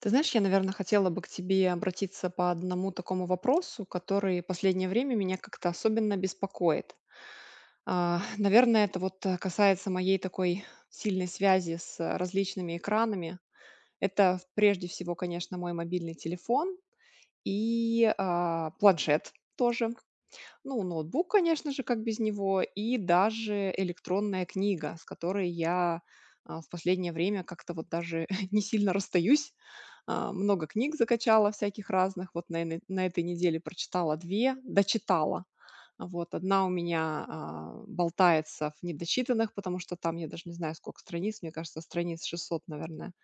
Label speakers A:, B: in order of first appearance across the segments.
A: Ты знаешь, я, наверное, хотела бы к тебе обратиться по одному такому вопросу, который последнее время меня как-то особенно беспокоит. Наверное, это вот касается моей такой сильной связи с различными экранами. Прежде всего, конечно, мой мобильный телефон и планшет тоже. Ну, ноутбук, конечно же, как без него, и даже электронная книга, с которой я, в последнее время как-то вот даже не сильно расстаюсь. Много книг закачала всяких разных. Вот на этой неделе прочитала 2, дочитала. Вот одна у меня, болтается в недочитанных, потому что там я даже не знаю, сколько страниц, мне кажется, страниц 600, наверное.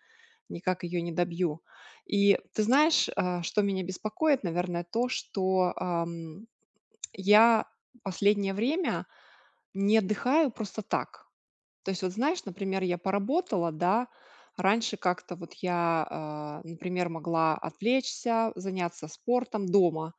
A: Никак ее не добью. И ты знаешь, что меня беспокоит, наверное, то, что, я последнее время не отдыхаю просто так. То есть, вот знаешь, например, я поработала, да, раньше как-то вот я, например, могла отвлечься, заняться спортом дома,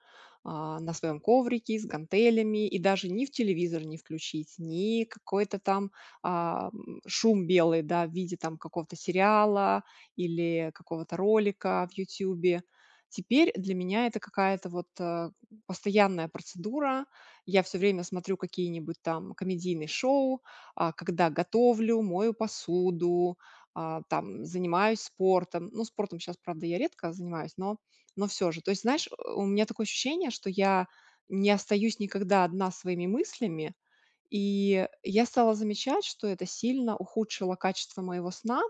A: на своем коврике, с гантелями, и даже ни в телевизор не включить, ни какой-то там шум белый, да, в виде там какого-то сериала или какого-то ролика в Ютьюбе. Теперь для меня это какая-то вот постоянная процедура. Я все время смотрю какие-нибудь там комедийные шоу, когда готовлю, мою посуду, там, занимаюсь спортом. Ну, спортом сейчас, правда, я редко занимаюсь, но все же. То есть, знаешь, у меня такое ощущение, что я не остаюсь никогда одна своими мыслями, и я стала замечать, что это сильно ухудшило качество моего сна.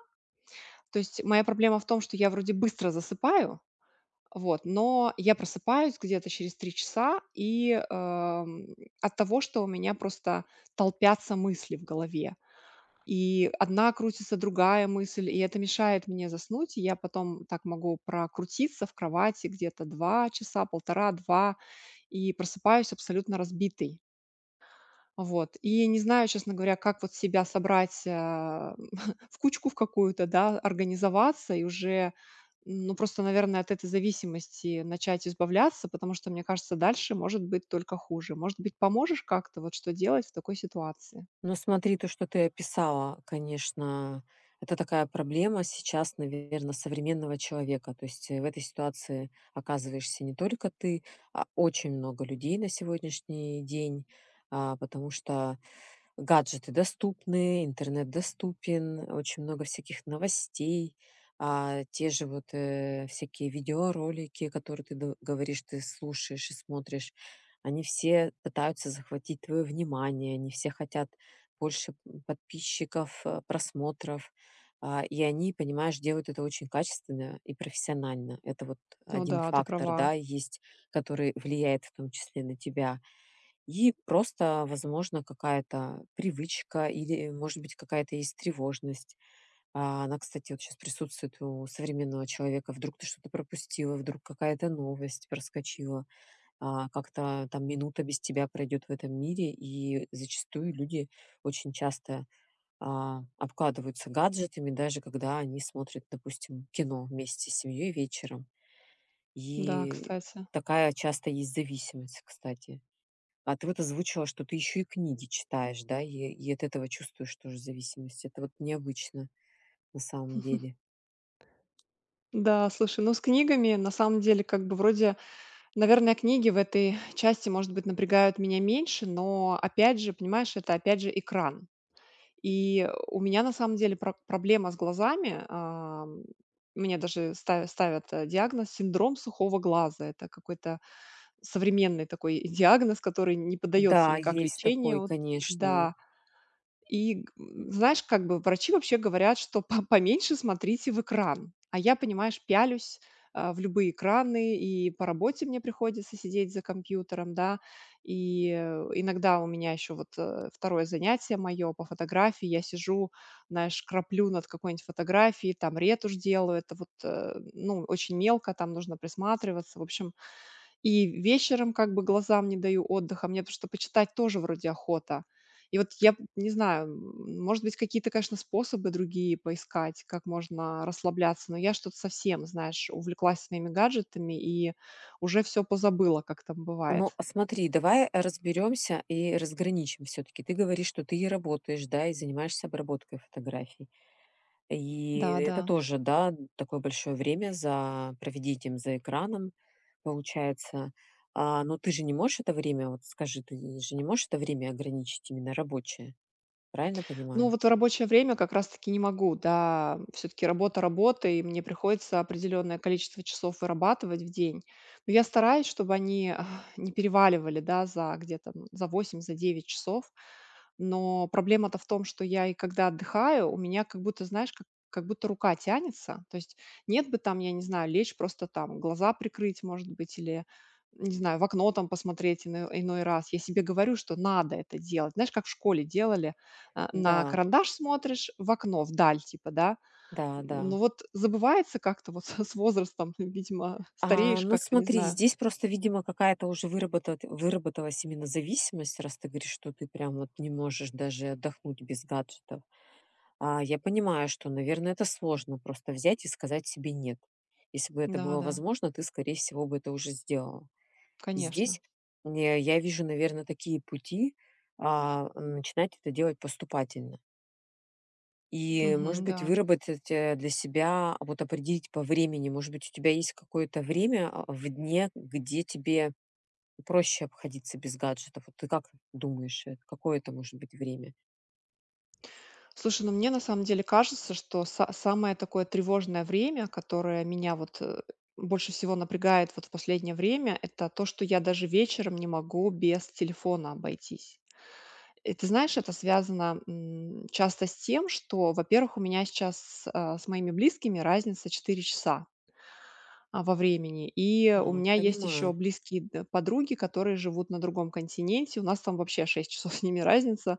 A: То есть моя проблема в том, что я вроде быстро засыпаю, вот, но я просыпаюсь где-то через 3 часа, и от того, что у меня просто толпятся мысли в голове. И одна крутится, другая мысль, и это мешает мне заснуть. И я потом так могу прокрутиться в кровати где-то 2 часа, 1,5-2, и просыпаюсь абсолютно разбитой. Вот. И не знаю, честно говоря, как вот себя собрать, в кучку в какую-то, да, организоваться и уже, ну, просто, наверное, от этой зависимости начать избавляться, потому что, мне кажется, дальше может быть только хуже. Может быть, поможешь как-то, вот что делать в такой ситуации?
B: Ну, смотри, то, что ты описала, конечно, это такая проблема сейчас, наверное, современного человека. То есть в этой ситуации оказываешься не только ты, а очень много людей на сегодняшний день, потому что гаджеты доступны, интернет доступен, очень много всяких новостей, те же вот, всякие видеоролики, которые ты д говоришь, ты слушаешь и смотришь. Они все пытаются захватить твое внимание, они все хотят больше, подписчиков, просмотров, и они, понимаешь, делают это очень качественно и профессионально. Это вот
A: Ну
B: один
A: да, ты
B: фактор,
A: права.
B: да, есть, который влияет в том числе на тебя. И просто, возможно, какая-то привычка или, может быть, какая-то есть тревожность. Она, кстати, вот сейчас присутствует у современного человека. Вдруг ты что-то пропустила, вдруг какая-то новость проскочила, как-то там минута без тебя пройдет в этом мире. И зачастую люди очень часто обкладываются гаджетами, даже когда они смотрят, допустим, кино вместе с семьей вечером.
A: Да,
B: И
A: кстати.
B: такая часто есть зависимость, кстати. А ты вот озвучила, что ты еще и книги читаешь, да, и от этого чувствуешь тоже зависимость. Это вот необычно на самом деле.
A: Да, слушай, ну, с книгами, на самом деле, как бы, вроде, наверное, книги в этой части, может быть, напрягают меня меньше, но, опять же, понимаешь, это, опять же, экран. И у меня, на самом деле, проблема с глазами. Мне даже ставят диагноз синдром сухого глаза. Это какой-то современный такой диагноз, который не поддается
B: Да,
A: никак
B: есть такой,
A: лечению.
B: конечно.
A: Да, и, знаешь, как бы врачи вообще говорят, что по поменьше смотрите в экран. А я, понимаешь, пялюсь, в любые экраны, и по работе мне приходится сидеть за компьютером, да. И, иногда у меня еще вот, 2-е занятие мое по фотографии. Я сижу, знаешь, краплю над какой-нибудь фотографией, там ретушь делаю. Это вот, ну, очень мелко, там нужно присматриваться. В общем, и вечером как бы глазам не даю отдыха. Мне потому что почитать тоже вроде охота. И вот я п не знаю, может быть, какие-то, конечно, способы другие поискать, как можно расслабляться, но я что-то совсем, знаешь, увлеклась своими гаджетами и уже все позабыла, как там бывает.
B: Но смотри, давай разберемся и разграничим все-таки. Ты говоришь, что ты и работаешь, да, и занимаешься обработкой фотографий. И
A: Да,
B: это
A: да.
B: тоже, да, такое большое время за проведением за экраном, получается. А, но ты же не можешь это время, вот скажи, ты же не можешь это время ограничить именно рабочее, правильно
A: Ну,
B: понимаю?
A: вот в рабочее время как раз-таки не могу, да. Все-таки работа работой, и мне приходится определенное количество часов вырабатывать в день. Но я стараюсь, чтобы они не переваливали, да, за где-то за 8, за 9 часов. Но проблема-то в том, что я и когда отдыхаю, у меня как будто, знаешь, как будто рука тянется. То есть нет бы там, я не знаю, лечь просто там, глаза прикрыть, может быть, или не знаю, в окно там посмотреть иной раз. Я себе говорю, что надо это делать. Знаешь, как в школе делали, на
B: Да,
A: карандаш смотришь, в окно, вдаль, типа, да.
B: да,
A: Но
B: да.
A: вот забывается как-то вот с возрастом, видимо,
B: А,
A: стареешь
B: ну
A: как-то, не
B: смотри,
A: знаю.
B: здесь просто, видимо, какая-то уже выработат выработалась именно зависимость, раз ты говоришь, что ты прям вот не можешь даже отдохнуть без гаджетов. А, я понимаю, что, наверное, это сложно просто взять и сказать себе "нет". Если бы это
A: Да,
B: было
A: да,
B: возможно, ты, скорее всего, бы это уже сделала. И здесь,
A: конечно.
B: я вижу, наверное, такие пути, начинать это делать поступательно. И, может
A: Мгм,
B: быть,
A: да.
B: выработать, для себя, а вот определить по времени. Может быть, у тебя есть какое-то время, в дне, где тебе проще обходиться без гаджетов. Вот ты как думаешь, какое это может быть время?
A: Слушай, ну мне на самом деле кажется, что самое такое тревожное время, которое меня вот больше всего напрягает вот в последнее время, это то, что я даже вечером не могу без телефона обойтись. И ты знаешь, это связано, часто с тем, что, во-первых, у меня сейчас, с моими близкими разница 4 часа, во времени. И у
B: А,
A: меня есть еще
B: понимаю.
A: близкие д подруги, которые живут на другом континенте. У нас там вообще 6 часов с ними разница.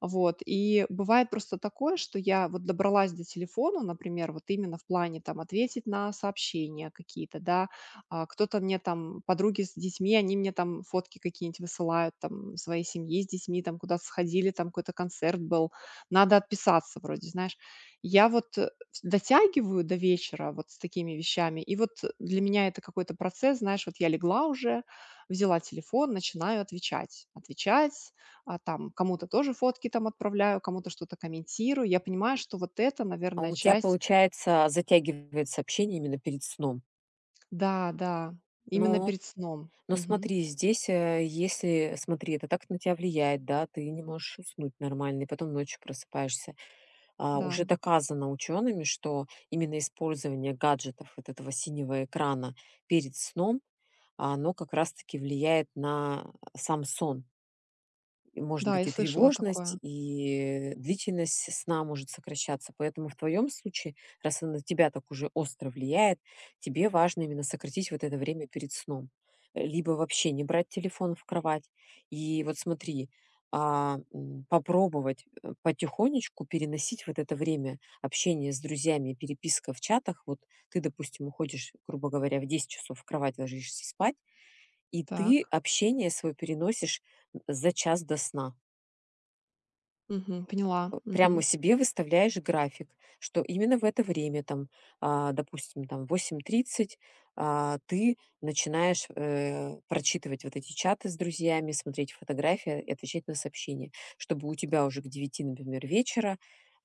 A: Вот, и бывает просто такое, что я вот добралась до телефона, например, вот именно в плане там ответить на сообщения какие-то, да, кто-то мне там, подруги с детьми, они мне там фотки какие-нибудь высылают, там, своей семьи с детьми, там, куда-то сходили, там, какой-то концерт был, надо отписаться вроде, знаешь. Я вот дотягиваю до вечера вот с такими вещами, и вот для меня это какой-то процесс, знаешь, вот я легла уже, взяла телефон, начинаю отвечать, отвечать, там кому-то тоже фотки там отправляю, кому-то что-то комментирую. Я понимаю, что вот это,
B: А
A: наверное,
B: у тебя,
A: часть.
B: получается, затягивает общение именно перед сном.
A: Да, да, именно
B: Но
A: перед сном.
B: но
A: Мгм.
B: смотри, здесь, если смотри, это так на тебя влияет, да, ты не можешь уснуть нормально, и потом ночью просыпаешься.
A: Да,
B: Уже доказано учеными, что именно использование гаджетов, вот этого синего экрана перед сном, оно как раз-таки влияет на сам сон. И, может
A: да,
B: быть,
A: я
B: и
A: слышала
B: тревожность,
A: такое.
B: и длительность сна может сокращаться. Поэтому в твоем случае, раз она на тебя так уже остро влияет, тебе важно именно сократить вот это время перед сном. Либо вообще не брать телефон в кровать. И вот смотри, попробовать потихонечку переносить вот это время общения с друзьями, переписка в чатах. Вот ты, допустим, уходишь, грубо говоря, в 10 часов в кровать ложишься спать, и ты
A: Так.
B: общение свое переносишь за час до сна.
A: Мгм. Поняла.
B: Прямо
A: Мгм.
B: себе выставляешь график, что именно в это время, там, допустим, там 8:30, ты начинаешь, прочитывать вот эти чаты с друзьями, смотреть фотографии и отвечать на сообщения, чтобы у тебя уже к 9, например, вечера,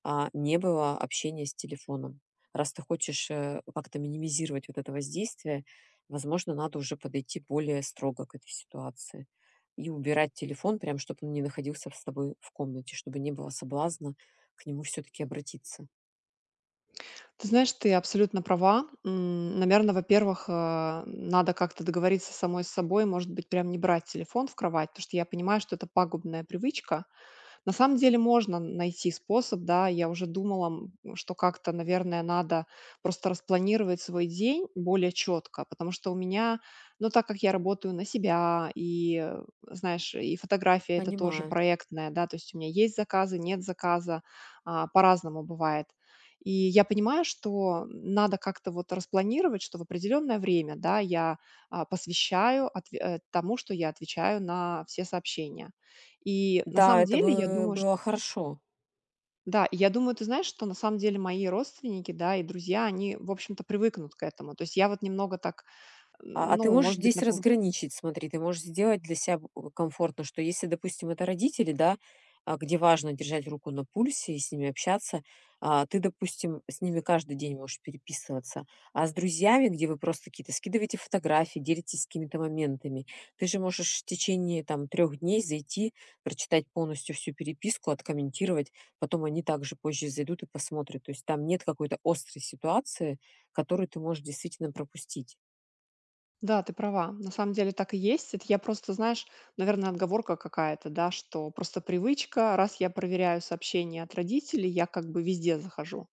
B: не было общения с телефоном. Раз ты хочешь, как-то минимизировать вот это воздействие, возможно, надо уже подойти более строго к этой ситуации. И убирать телефон, прям чтобы он не находился с тобой в комнате, чтобы не было соблазна к нему все таки обратиться.
A: Ты знаешь, ты абсолютно права. Наверное, во-первых, надо как-то договориться самой с собой, может быть, прям не брать телефон в кровать, потому что я понимаю, что это пагубная привычка. На самом деле можно найти способ, да. Я уже думала, что как-то, наверное, надо просто распланировать свой день более четко, потому что у меня, ну, так как я работаю на себя, и, знаешь, и фотография это тоже
B: Понимаю.
A: проектная, да, то есть у меня есть заказы, нет заказа, по-разному бывает. И я понимаю, что надо как-то вот распланировать, что в определенное время, да, я а, посвящаю тому, что я отвечаю на все сообщения. И на
B: Да,
A: самом
B: это
A: деле, я
B: бы
A: думаю, чт
B: было хорошо.
A: да, и я думаю, ты знаешь, что на самом деле мои родственники, да, и друзья, они, в общем-то, привыкнут к этому. То есть я вот немного так,
B: А,
A: м,
B: а ты
A: ну,
B: можешь
A: может быть,
B: здесь
A: напов
B: разграничить, смотри, ты можешь сделать для себя комфортно, что если, допустим, это родители, да, где важно держать руку на пульсе и с ними общаться, ты, допустим, с ними каждый день можешь переписываться, а с друзьями, где вы просто какие-то скидываете фотографии, делитесь какими-то моментами, ты же можешь в течение там 3 дней зайти, прочитать полностью всю переписку, откомментировать, потом они также позже зайдут и посмотрят, то есть там нет какой-то острой ситуации, которую ты можешь действительно пропустить.
A: Да, ты права, на самом деле так и есть. Это я просто, знаешь, наверное, отговорка какая-то, да, что просто привычка. Раз я проверяю сообщения от родителей, я как бы везде захожу.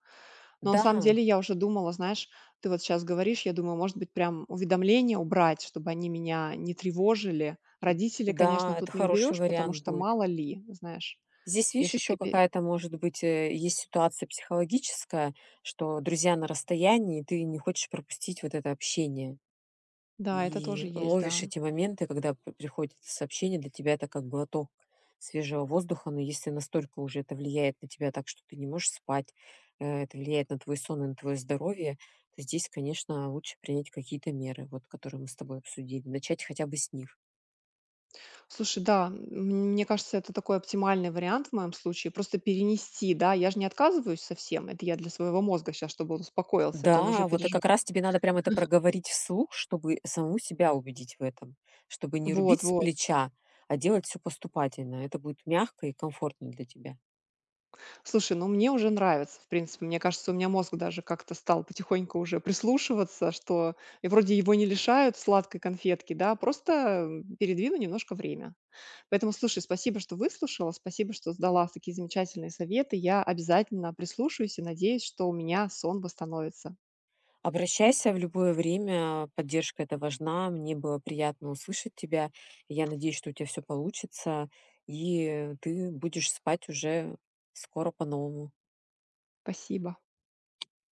A: Но на
B: Да,
A: самом деле я уже думала, знаешь, ты вот сейчас говоришь, я думаю, может быть, прям уведомления убрать, чтобы они меня не тревожили. Родители, конечно,
B: да, это
A: тут не
B: хороший
A: уберешь, потому
B: вариант
A: что
B: будет.
A: мало ли, знаешь.
B: Здесь,
A: Я
B: видишь, еще
A: все-таки...
B: какая-то, может быть, есть ситуация психологическая, что друзья на расстоянии, и ты не хочешь пропустить вот это общение.
A: Да, это
B: И
A: тоже есть,
B: ловишь
A: да.
B: эти моменты, когда приходит сообщение, для тебя это как глоток свежего воздуха, но если настолько уже это влияет на тебя так, что ты не можешь спать, это влияет на твой сон и на твое здоровье, то здесь, конечно, лучше принять какие-то меры, вот, которые мы с тобой обсудили, начать хотя бы с них.
A: Слушай, да, мне кажется, это такой оптимальный вариант в моем случае. Просто перенести, да, я же не отказываюсь совсем. Это я для своего мозга сейчас, чтобы он успокоился, а то он уже
B: Да, вот и
A: переживает.
B: как раз тебе надо прям это проговорить вслух, чтобы саму себя убедить в этом, чтобы не рубить
A: Вот,
B: с
A: вот.
B: плеча, а делать все поступательно. Это будет мягко и комфортно для тебя.
A: Слушай, ну мне уже нравится, в принципе. Мне кажется, у меня мозг даже как-то стал потихоньку уже прислушиваться, что и вроде его не лишают сладкой конфетки, да, просто передвину немножко время. Поэтому, слушай, спасибо, что выслушала, спасибо, что сдала такие замечательные советы. Я обязательно прислушаюсь и надеюсь, что у меня сон восстановится.
B: Обращайся в любое время, поддержка это важна. Мне было приятно услышать тебя. Я надеюсь, что у тебя все получится, и ты будешь спать уже скоро по-новому.
A: Спасибо.